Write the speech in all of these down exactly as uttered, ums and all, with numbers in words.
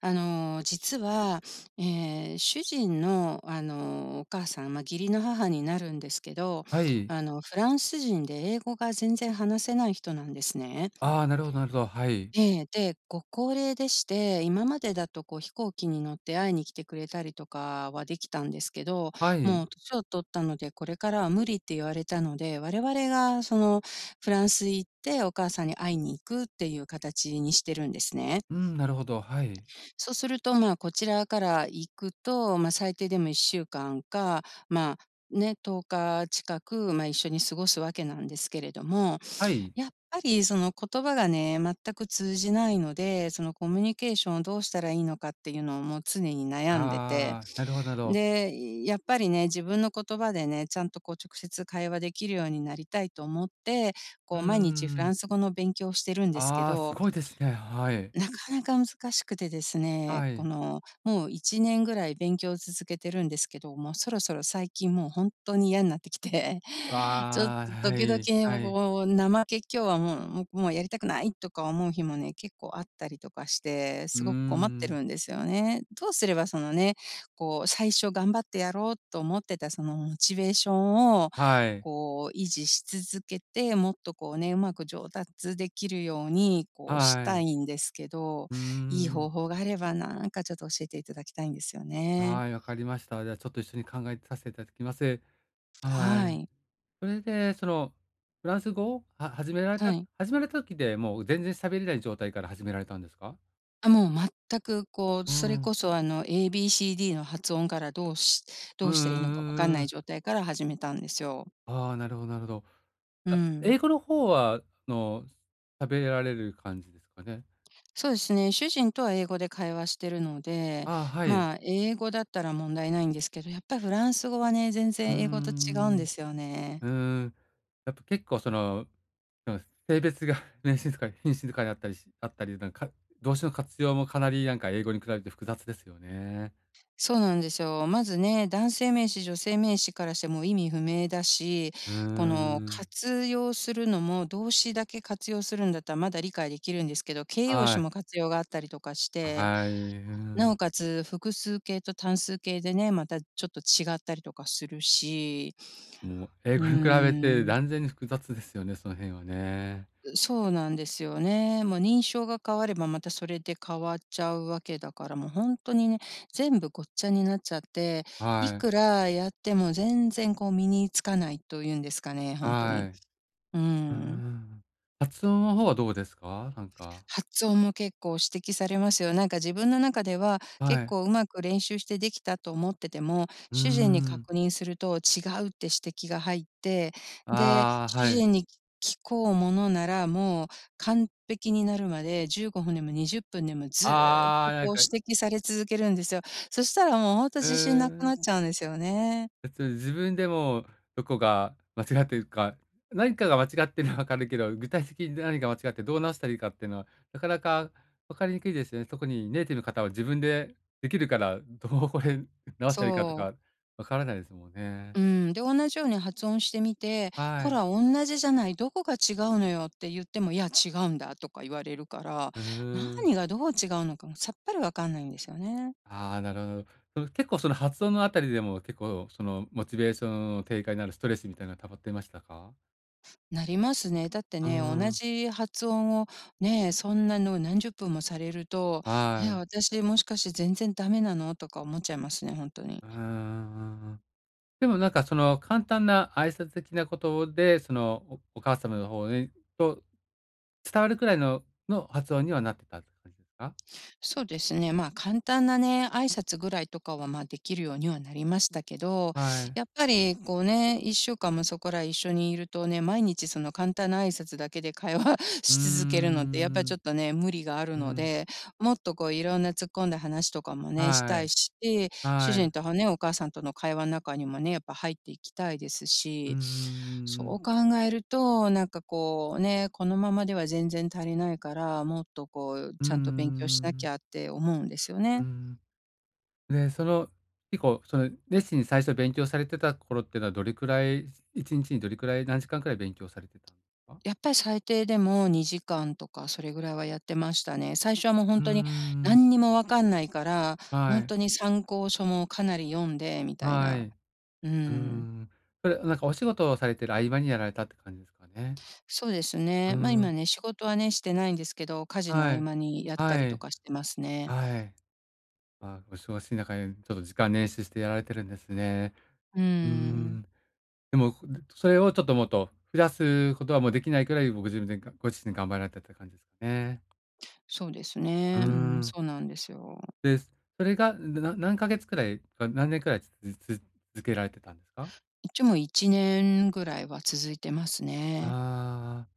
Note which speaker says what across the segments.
Speaker 1: あの、実は、えー主人の、あの、お母さん、まあ、義理の母になるんですけど、
Speaker 2: はい。
Speaker 1: あの、フランス人で英語が全然話せない人なんですね。
Speaker 2: ああ、なるほど、なるほど。はい。
Speaker 1: ええ、で、ご高齢でして、今までだとこう飛行機に乗って会いに来てくれたりとかはできたんですけど、
Speaker 2: はい。
Speaker 1: もう年を取ったので、これからは無理って言われたので、我々がそのフランス行って、お母さんに会いに行くっていう形にしてるんですね。
Speaker 2: うん、なるほど。はい。
Speaker 1: そうすると、まあ、こちらから行くと、まあ、最低でもいっしゅうかんかんか、まあ、ね、とおか近く、まあ、一緒に過ごすわけなんですけれども、
Speaker 2: はい。
Speaker 1: やっぱりその言葉がね、全く通じないので、そのコミュニケーションをどうしたらいいのかっていうのをもう常に悩んでて、
Speaker 2: ああ、なるほど、なるほど。
Speaker 1: で、やっぱりね、自分の言葉でね、ちゃんとこう直接会話できるようになりたいと思って、
Speaker 2: う
Speaker 1: こ
Speaker 2: ー
Speaker 1: う毎日フラ
Speaker 2: ん。
Speaker 1: ンス語の勉強をしてるんですけ
Speaker 2: ああ、す
Speaker 1: ど、
Speaker 2: ごいですね。はい。
Speaker 1: なかなか難しくてですね、
Speaker 2: は
Speaker 1: こ
Speaker 2: い。
Speaker 1: の、もういちねんぐらい勉強を続けてるんですけど、もうそろそろ最近もう本当に嫌になってきて、ちょっ
Speaker 2: ああ、
Speaker 1: と
Speaker 2: は
Speaker 1: 時
Speaker 2: い、は
Speaker 1: 々こ
Speaker 2: い。
Speaker 1: う、怠け今日はもうもうもうやりたくないとか思う日もね、結構あったりとかして、
Speaker 2: うー
Speaker 1: すごく困って
Speaker 2: ん。
Speaker 1: るんですよね。どうすればそのね、こう最初頑張ってやろうと思ってたそのモチベーション
Speaker 2: はい。
Speaker 1: こう維持し続けて、もっとこうね、うまく上達できるように、こうし
Speaker 2: は
Speaker 1: た
Speaker 2: い。
Speaker 1: いんですけど、
Speaker 2: うー
Speaker 1: いい
Speaker 2: ん。
Speaker 1: 方法があればなんかちょっと教えていただきたいんですよね。
Speaker 2: はい、わかりました。じゃあ、ちょっと一緒に考えさせていただきます。は
Speaker 1: は
Speaker 2: い。
Speaker 1: い。
Speaker 2: それで、その、フランス語をは始められ
Speaker 1: は
Speaker 2: た
Speaker 1: い。
Speaker 2: 始められた時で、もう全然喋れない状態から始められたんですか？
Speaker 1: あ、もう全くこう、
Speaker 2: う
Speaker 1: それ
Speaker 2: ん。
Speaker 1: こそあの エービーシーディー の発音からどうし
Speaker 2: う
Speaker 1: ど
Speaker 2: ん
Speaker 1: う
Speaker 2: う
Speaker 1: したらいいのかわかん
Speaker 2: んう
Speaker 1: ない
Speaker 2: ん。
Speaker 1: 状態から始めたんですよ。
Speaker 2: ああ、なるほど、なるほど。
Speaker 1: う
Speaker 2: あ、
Speaker 1: ん。
Speaker 2: 英語の方は、あの、喋られる感じですかね？
Speaker 1: そうですね、主人とは英語で会話してるので、
Speaker 2: ああ、はい。
Speaker 1: まあ、英語だったら問題ないんですけど、やっぱりフランス語はね、全
Speaker 2: うー
Speaker 1: 然英語と違うん
Speaker 2: ん。
Speaker 1: ですよね。
Speaker 2: うーん。やっぱ結構その、その、性別が 名詞とか品詞とかいあったりし、あったり、なんか、動詞の活用もかなりなんか英語に比べて複雑ですよね。
Speaker 1: そうなんですよ。まずね、男性名詞、女性名詞からしても意味不明だし、
Speaker 2: うー
Speaker 1: この
Speaker 2: ん。
Speaker 1: 活用するのも動詞だけ活用するんだったらまだ理解できるんですけど、形容
Speaker 2: は
Speaker 1: 詞
Speaker 2: い。
Speaker 1: も活用があったりとかして、
Speaker 2: はい。う
Speaker 1: な
Speaker 2: ん。
Speaker 1: おかつ複数形と単数形でね、またちょっと違ったりとかするし、
Speaker 2: もう英
Speaker 1: うー
Speaker 2: 語に比べて
Speaker 1: ん。
Speaker 2: 断然に複雑ですよね、その辺はね。
Speaker 1: そうなんですよね。もう認証が変わればまたそれで変わっちゃうわけだから、もう本当にね、全部ごっちゃになっちゃって、い
Speaker 2: はい。
Speaker 1: くらやっても全然こう身につかないというんですかね、本当
Speaker 2: は
Speaker 1: に。
Speaker 2: い。
Speaker 1: う
Speaker 2: うー
Speaker 1: ん。
Speaker 2: ん。発音の方はどうですか？なんか。
Speaker 1: 発音も結構指摘されますよ。なんか自分の中では、
Speaker 2: は
Speaker 1: 結
Speaker 2: い。
Speaker 1: 構うまく練習してできたと思ってても、
Speaker 2: うー
Speaker 1: 主人に
Speaker 2: ん。
Speaker 1: 確認すると違うって指摘が入って、で、
Speaker 2: ああ、
Speaker 1: 主
Speaker 2: はい。
Speaker 1: 人に聞こうものなら、もう完璧になるまでじゅうごふんでもにじゅっぷんでもずーっ
Speaker 2: あ
Speaker 1: と
Speaker 2: あ、なん
Speaker 1: こう
Speaker 2: か、
Speaker 1: 指摘され続けるんですよ。そしたらもうほんと
Speaker 2: う
Speaker 1: 自信なく
Speaker 2: ー
Speaker 1: なっ
Speaker 2: ん。
Speaker 1: ちゃうんですよね。
Speaker 2: 別に自分でもどこが間違ってるか、何かが間違ってるのはわかるけど、具体的に何が間違ってどう直したらいいかっていうのは、なかなか分かりにくいですよね。特にネイティブの方は自分でできるから、どうこれ直したらいいかと
Speaker 1: そ
Speaker 2: か
Speaker 1: う。
Speaker 2: 分からないですもんね。
Speaker 1: うん、で、同じように発音してみて、
Speaker 2: は
Speaker 1: ほ
Speaker 2: い。
Speaker 1: ら、同じじゃない、どこが違うのよって言っても、いや、違うんだとか言われるから、
Speaker 2: うーん。
Speaker 1: 何がどう違うのかもさっぱりわかんないんですよね。
Speaker 2: ああ、なるほど。その結構その発音のあたりでも結構そのモチベーションの低下になるストレスみたいなの溜まってましたか？
Speaker 1: なりますね。だって
Speaker 2: うー
Speaker 1: ね、同
Speaker 2: ん。
Speaker 1: じ発音をね、そんなの何十分もされると、え、
Speaker 2: はい。
Speaker 1: 私もしかして全然ダメなのとか思っちゃいますね、本当に。
Speaker 2: うんん。でもなんかその簡単な挨拶的なことで、そのおお母様の方にと伝わるくらいのの発音にはなってたって感じですか？
Speaker 1: そうですね。まあ、簡単なね、挨拶ぐらいとかは、まあ、できるようにはなりましたけど、
Speaker 2: はい。
Speaker 1: やっぱりこうね、いっしゅうかんもそこら一緒にいるとね、毎日その簡単な挨拶だけで会話
Speaker 2: うー
Speaker 1: し続けるのって、やっぱり
Speaker 2: ん。
Speaker 1: ちょっとね、無理がある
Speaker 2: う
Speaker 1: の
Speaker 2: ん。
Speaker 1: で、もっとこう、いろんな突っ込んだ話とかもね、し
Speaker 2: は
Speaker 1: たい
Speaker 2: い。
Speaker 1: し、主
Speaker 2: は
Speaker 1: 人
Speaker 2: い。
Speaker 1: とはね、お母さんとの会話の中にもね、やっぱ入っていきたいです
Speaker 2: うん
Speaker 1: し、
Speaker 2: うんうん
Speaker 1: そ
Speaker 2: うん。
Speaker 1: う考えると、なんかこうね、このままでは全然足りないから、もっとこう
Speaker 2: うんう
Speaker 1: ち
Speaker 2: ん
Speaker 1: ゃ
Speaker 2: うん
Speaker 1: ん
Speaker 2: う
Speaker 1: と勉強しなき
Speaker 2: ん。
Speaker 1: ゃって思うんですよ
Speaker 2: うー
Speaker 1: ね。
Speaker 2: ん。で、その、結構、その、熱心に最初勉強されてた頃っていうのはどれくらい、いちにちにどれくらい、何時間くらい勉強されてたんですか？
Speaker 1: やっぱり最低でもにじかんとかそれぐらいはやってましたね。最初はもうほ
Speaker 2: う
Speaker 1: ん
Speaker 2: ー
Speaker 1: とに
Speaker 2: ん。
Speaker 1: 何にもわかんないから、ほ
Speaker 2: は
Speaker 1: ん
Speaker 2: い、
Speaker 1: とに参考書もかなり読んでみたい
Speaker 2: はい。
Speaker 1: な。
Speaker 2: う
Speaker 1: う
Speaker 2: ー
Speaker 1: ーん。
Speaker 2: ん。それ、なんかお仕事をされてる合間にやられたって感じですかね？
Speaker 1: そうです
Speaker 2: うー
Speaker 1: ね。ま、
Speaker 2: ん、
Speaker 1: 今ね、仕事はね、してないんですけど、家事の
Speaker 2: は
Speaker 1: 合
Speaker 2: い。
Speaker 1: 間にやった
Speaker 2: は
Speaker 1: りと
Speaker 2: い、
Speaker 1: かしてますね。
Speaker 2: はい。まあ、お忙しい中で、ちょっと時間捻出してやられてるんですね。
Speaker 1: うー
Speaker 2: うー
Speaker 1: ん。
Speaker 2: ん。でも、それをちょっともっと増やすことはもうできないくらい、ご自分でがご自身で頑張られたって感じですかね？
Speaker 1: そうです
Speaker 2: うー
Speaker 1: ね。うん、
Speaker 2: ん。
Speaker 1: そうなんですよ。
Speaker 2: です。それが、な何ヶ月くらいか、何年くらいつつ続けられてたんですか？
Speaker 1: 一応もういちねんぐらいは続いてますね。
Speaker 2: ああ、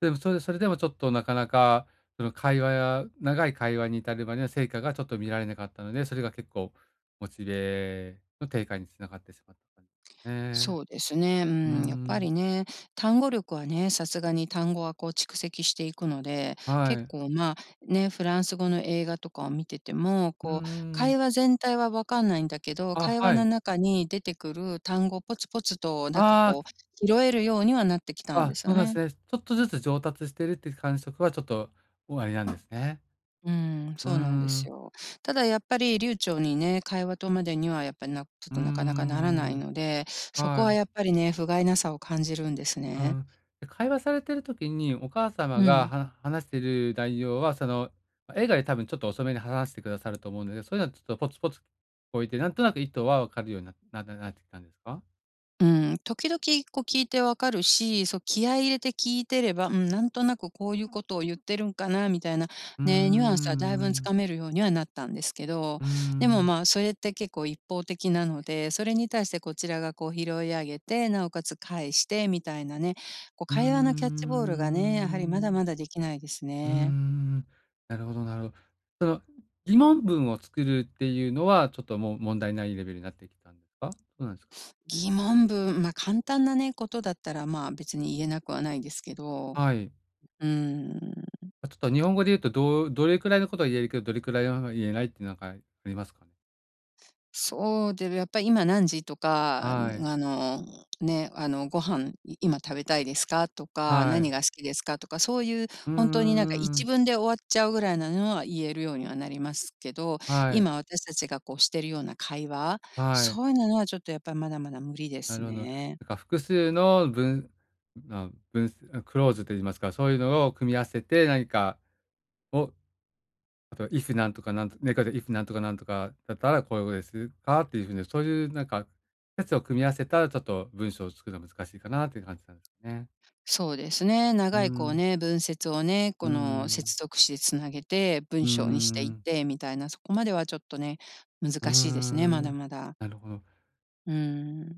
Speaker 2: でもそれそれでもちょっとなかなか、その会話や長い会話に至るまでの成果がちょっと見られなかったので、それが結構モチベの低下につながってしまった感じですね。
Speaker 1: そうですね、う
Speaker 2: うー
Speaker 1: ん、やっぱ
Speaker 2: ん、
Speaker 1: りね、単語力はね、さすがに単語はこう蓄積していくので、
Speaker 2: は
Speaker 1: 結
Speaker 2: い。
Speaker 1: 構まあ、ね、フランス語の映画とかを見てても、
Speaker 2: うー
Speaker 1: こう
Speaker 2: ん。
Speaker 1: 会話全体は分かんないんだけど、
Speaker 2: あ、
Speaker 1: 会話
Speaker 2: はい。
Speaker 1: の中に出てくる単語をポツポツとなんか
Speaker 2: あ
Speaker 1: こう、拾えるようにはなってきた
Speaker 2: あ、
Speaker 1: んで
Speaker 2: あ、
Speaker 1: す
Speaker 2: そ
Speaker 1: よ
Speaker 2: うなんです
Speaker 1: ね。
Speaker 2: ね。ちょっとずつ上達してるっていう感触はちょっとおありなんですね。
Speaker 1: うん、
Speaker 2: うー
Speaker 1: そうなんです
Speaker 2: ん、
Speaker 1: よ。ただやっぱり流暢にね、会話とまでにはやっぱりなちょっ
Speaker 2: うー
Speaker 1: となかなかならない
Speaker 2: ん、
Speaker 1: ので、そこ
Speaker 2: は
Speaker 1: は
Speaker 2: い。
Speaker 1: やっぱりね、不甲斐なさを感じるんです
Speaker 2: う
Speaker 1: ね。
Speaker 2: ん。で、会話されてる時に、お母
Speaker 1: う
Speaker 2: 様が
Speaker 1: ん。
Speaker 2: は話してる内容は、その、ま、映画で多分ちょっと遅めに話してくださると思うんだけど、そういうのはちょっとポツポツ聞こえて、なんとなく意図は分かるようにななななってきたんですか？
Speaker 1: うん、時々こう聞いてわかるし、そう気合い入れて聞いてれば、うん、なんとなくこういうことを言ってるんかなみたいな、
Speaker 2: うー
Speaker 1: ね、ニュアンスはだいぶんつ
Speaker 2: ん、
Speaker 1: かめるようにはなったんですけど、
Speaker 2: うー
Speaker 1: でも
Speaker 2: ん、
Speaker 1: まあ、それって結構一方的なので、それに対してこちらがこう拾い上げて、なおかつ返してみたいなね、こう
Speaker 2: うーん、うー
Speaker 1: 会話のキャッチボールがね、やはりまだ
Speaker 2: ん、
Speaker 1: まだできないです
Speaker 2: うー
Speaker 1: ね。
Speaker 2: ん、なるほど、なるほど。その、疑問文を作るっていうのは、ちょっともう問題ないレベルになってきたんですか？どうなんですか？
Speaker 1: 疑問文、まあ簡単なね、ことだったらまあ別に言えなくはないですけど、
Speaker 2: はい。
Speaker 1: うん。
Speaker 2: あ、ちょっと日本語で言うと、どうどれくらいのことは言えるけど、どれくらいのは言えないってなんかありますかね？
Speaker 1: そうで、やっぱり今何時とか、
Speaker 2: はい、
Speaker 1: ん、あの、ね、あの、ご飯い今食べたいですか？とか、
Speaker 2: はい。
Speaker 1: 何が好きですか？とか、そういう
Speaker 2: うん
Speaker 1: 本当に
Speaker 2: うん
Speaker 1: なんか
Speaker 2: う
Speaker 1: 一
Speaker 2: ん。
Speaker 1: 文で終わっちゃうぐらいなのは言えるようにはなりますけど、
Speaker 2: はい、
Speaker 1: 今私たちがこうしてるような会話、
Speaker 2: はい。
Speaker 1: そういうのはちょっとやっぱりまだまだ無理で
Speaker 2: なる
Speaker 1: す
Speaker 2: ほど。なん
Speaker 1: ね。
Speaker 2: か複数の文あ、文クローズと言いますか、そういうのを組み合わせて何かを、あと if なんとかなんと猫で if なんとかなんとかだったらこういうことですかっていう風に、そういうなんか説を組み合わせたら、ちょっと文章を作るのは難しいかなっていう感じなんですね。
Speaker 1: そうですね、
Speaker 2: う
Speaker 1: 長いこう
Speaker 2: ん、
Speaker 1: ね、文節をね、
Speaker 2: う
Speaker 1: こ
Speaker 2: ん、う
Speaker 1: の
Speaker 2: ん
Speaker 1: 接続詞でつなげて文
Speaker 2: うん
Speaker 1: 章にして
Speaker 2: う
Speaker 1: いっ
Speaker 2: ん。
Speaker 1: てみたいな、そこまではちょっとね、
Speaker 2: うー
Speaker 1: 難しいですね、ま
Speaker 2: ん、
Speaker 1: だまだ。
Speaker 2: なるほど。
Speaker 1: うー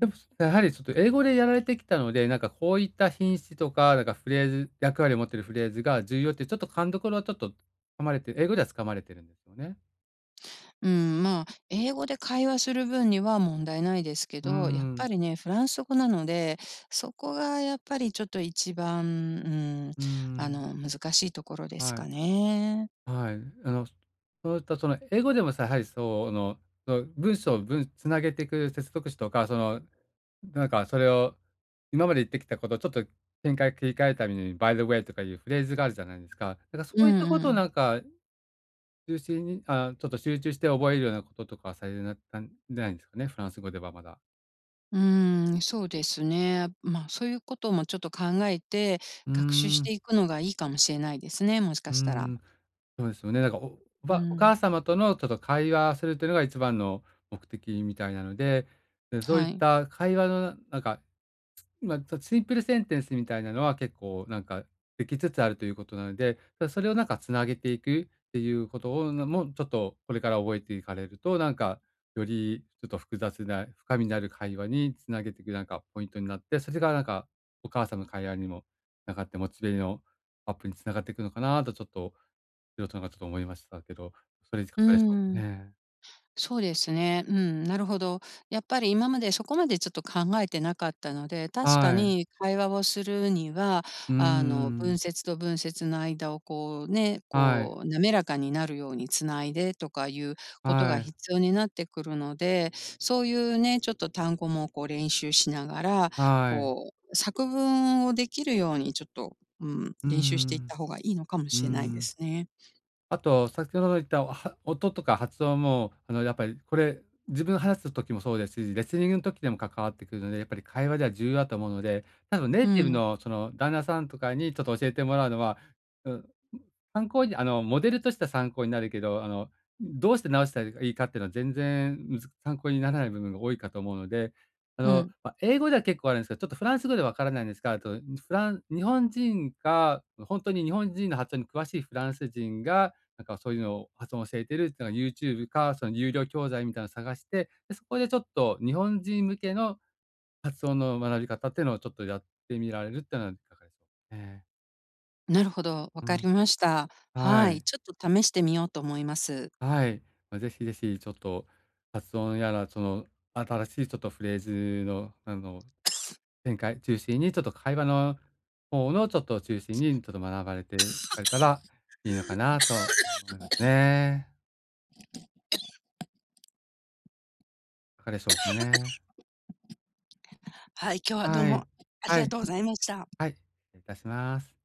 Speaker 2: でも、やはりちょっと英語でやられてきたので、なんかこういった品詞とか、なんかフレーズ役割を持ってるフレーズが重要ってちょっと勘どころはちょっと掴まれて英語では掴まれてるんですよね。
Speaker 1: うん、まあ、英語で会話する分には問題ないですけ
Speaker 2: うー
Speaker 1: ど、やっ
Speaker 2: ん、
Speaker 1: ぱりね、フランス語なので、そこがやっぱりちょっと一番、うん、
Speaker 2: うー
Speaker 1: あ
Speaker 2: ん、
Speaker 1: の、難しいところです
Speaker 2: はい、
Speaker 1: かね。
Speaker 2: はい。あの、そういったその英語でもさ、やはりそう、あの、その文章をぶん繋げていく接続詞とか、その、なんかそれを今まで言ってきたことをちょっと展開切り替えるために、by the way とかいうフレーズがあるじゃないですか。だからそ
Speaker 1: うん
Speaker 2: ういったこと
Speaker 1: う
Speaker 2: を
Speaker 1: ん。
Speaker 2: なんか中心にあ、ちょっと集中して覚えるようなこととかされなったんじゃないんですかね？フランス語ではまだ。
Speaker 1: うん、そうですね。まあ、そういうこともちょっと考えて、
Speaker 2: うー
Speaker 1: 学習し
Speaker 2: ん、
Speaker 1: ていくのがいいかもしれないですね、もし
Speaker 2: う
Speaker 1: か
Speaker 2: ー
Speaker 1: したら。
Speaker 2: ん、そうですよね。なんか、おお
Speaker 1: う
Speaker 2: ばお
Speaker 1: ん、
Speaker 2: 母様とのちょっと会話するというのが一番の目的みたいなので、で、そうい
Speaker 1: は
Speaker 2: っ
Speaker 1: い。
Speaker 2: た会話のなんかま、あ、シンプルセンテンスみたいなのは結構なんかできつつあるということなので、それをなんか繋げていくっていうことを、もちょっとこれから覚えていかれると、なんかよりちょっと複雑な深みのある会話に繋げていくなんかポイントになって、それがなんかお母さんの会話にもながって、モチベのアップに繋がっていくのかなとちょっと素人ながちょっと思いましたけど、それいか
Speaker 1: う
Speaker 2: がでしょうか
Speaker 1: ん。
Speaker 2: ね？
Speaker 1: そうですね。うん、なるほど。やっぱり今までそこまでちょっと考えてなかったので、確か
Speaker 2: はい。
Speaker 1: に会話をするには、
Speaker 2: うー
Speaker 1: あの、
Speaker 2: ん。
Speaker 1: 文節と文節の間をこうね、
Speaker 2: はい、
Speaker 1: こう滑らかになるようにつないでとかいうことが
Speaker 2: は
Speaker 1: 必
Speaker 2: い、
Speaker 1: 要になってくるので、そういうね、ちょっと単語もこう練習しながら、
Speaker 2: はい。
Speaker 1: こう作文をできるようにちょっと、うん、
Speaker 2: うー
Speaker 1: 練習していった
Speaker 2: ん、
Speaker 1: 方がいいのかも
Speaker 2: うー
Speaker 1: しれないで
Speaker 2: ん。
Speaker 1: すね。
Speaker 2: あと、先ほど言ったは音とか発音も、あの、やっぱりこれ、自分話す時もそうですし、レスリングの時でも関わってくるので、やっぱり会話では重要だと思うので、多分ネイ
Speaker 1: う
Speaker 2: ティブ
Speaker 1: ん、
Speaker 2: のその旦那さんとかにちょっと教えてもらうのは、うん、参考にあの、モデルとしては参考になるけど、あの、どうして直したらいいかっていうのは全然むず参考にならない部分が多いかと思うので、あ
Speaker 1: う
Speaker 2: の、
Speaker 1: ん。
Speaker 2: ま、英語では結構あるんですけど、ちょっとフランス語でわからないんですが、あと、フラン日本人か、ほんとに日本人の発音に詳しいフランス人が、なんかそういうのを発音を教えてるっていうのが YouTube か、その有料教材みたいなの探して、で、そこでちょっと日本人向けの発音の学び方っていうのをちょっとやってみられるっていうのはいかがでしょう？ええ。
Speaker 1: なるほど、わ
Speaker 2: う
Speaker 1: か
Speaker 2: ん。
Speaker 1: りました。
Speaker 2: は
Speaker 1: はい、
Speaker 2: い。
Speaker 1: ちょっと試してみようと思います。
Speaker 2: はい。まあ、ぜひぜひちょっと発音やら、その新しいちょっとフレーズの、あの、展開中心に、ちょっと会話の方のちょっと中心に、ちょっと学ばれていかれたらいいのかなと思いますね。いかがでしょうかね。
Speaker 1: はい、今日はどう
Speaker 2: は
Speaker 1: も
Speaker 2: い。
Speaker 1: あ
Speaker 2: は
Speaker 1: りが
Speaker 2: い。
Speaker 1: とうございました。
Speaker 2: はい。失礼いたします。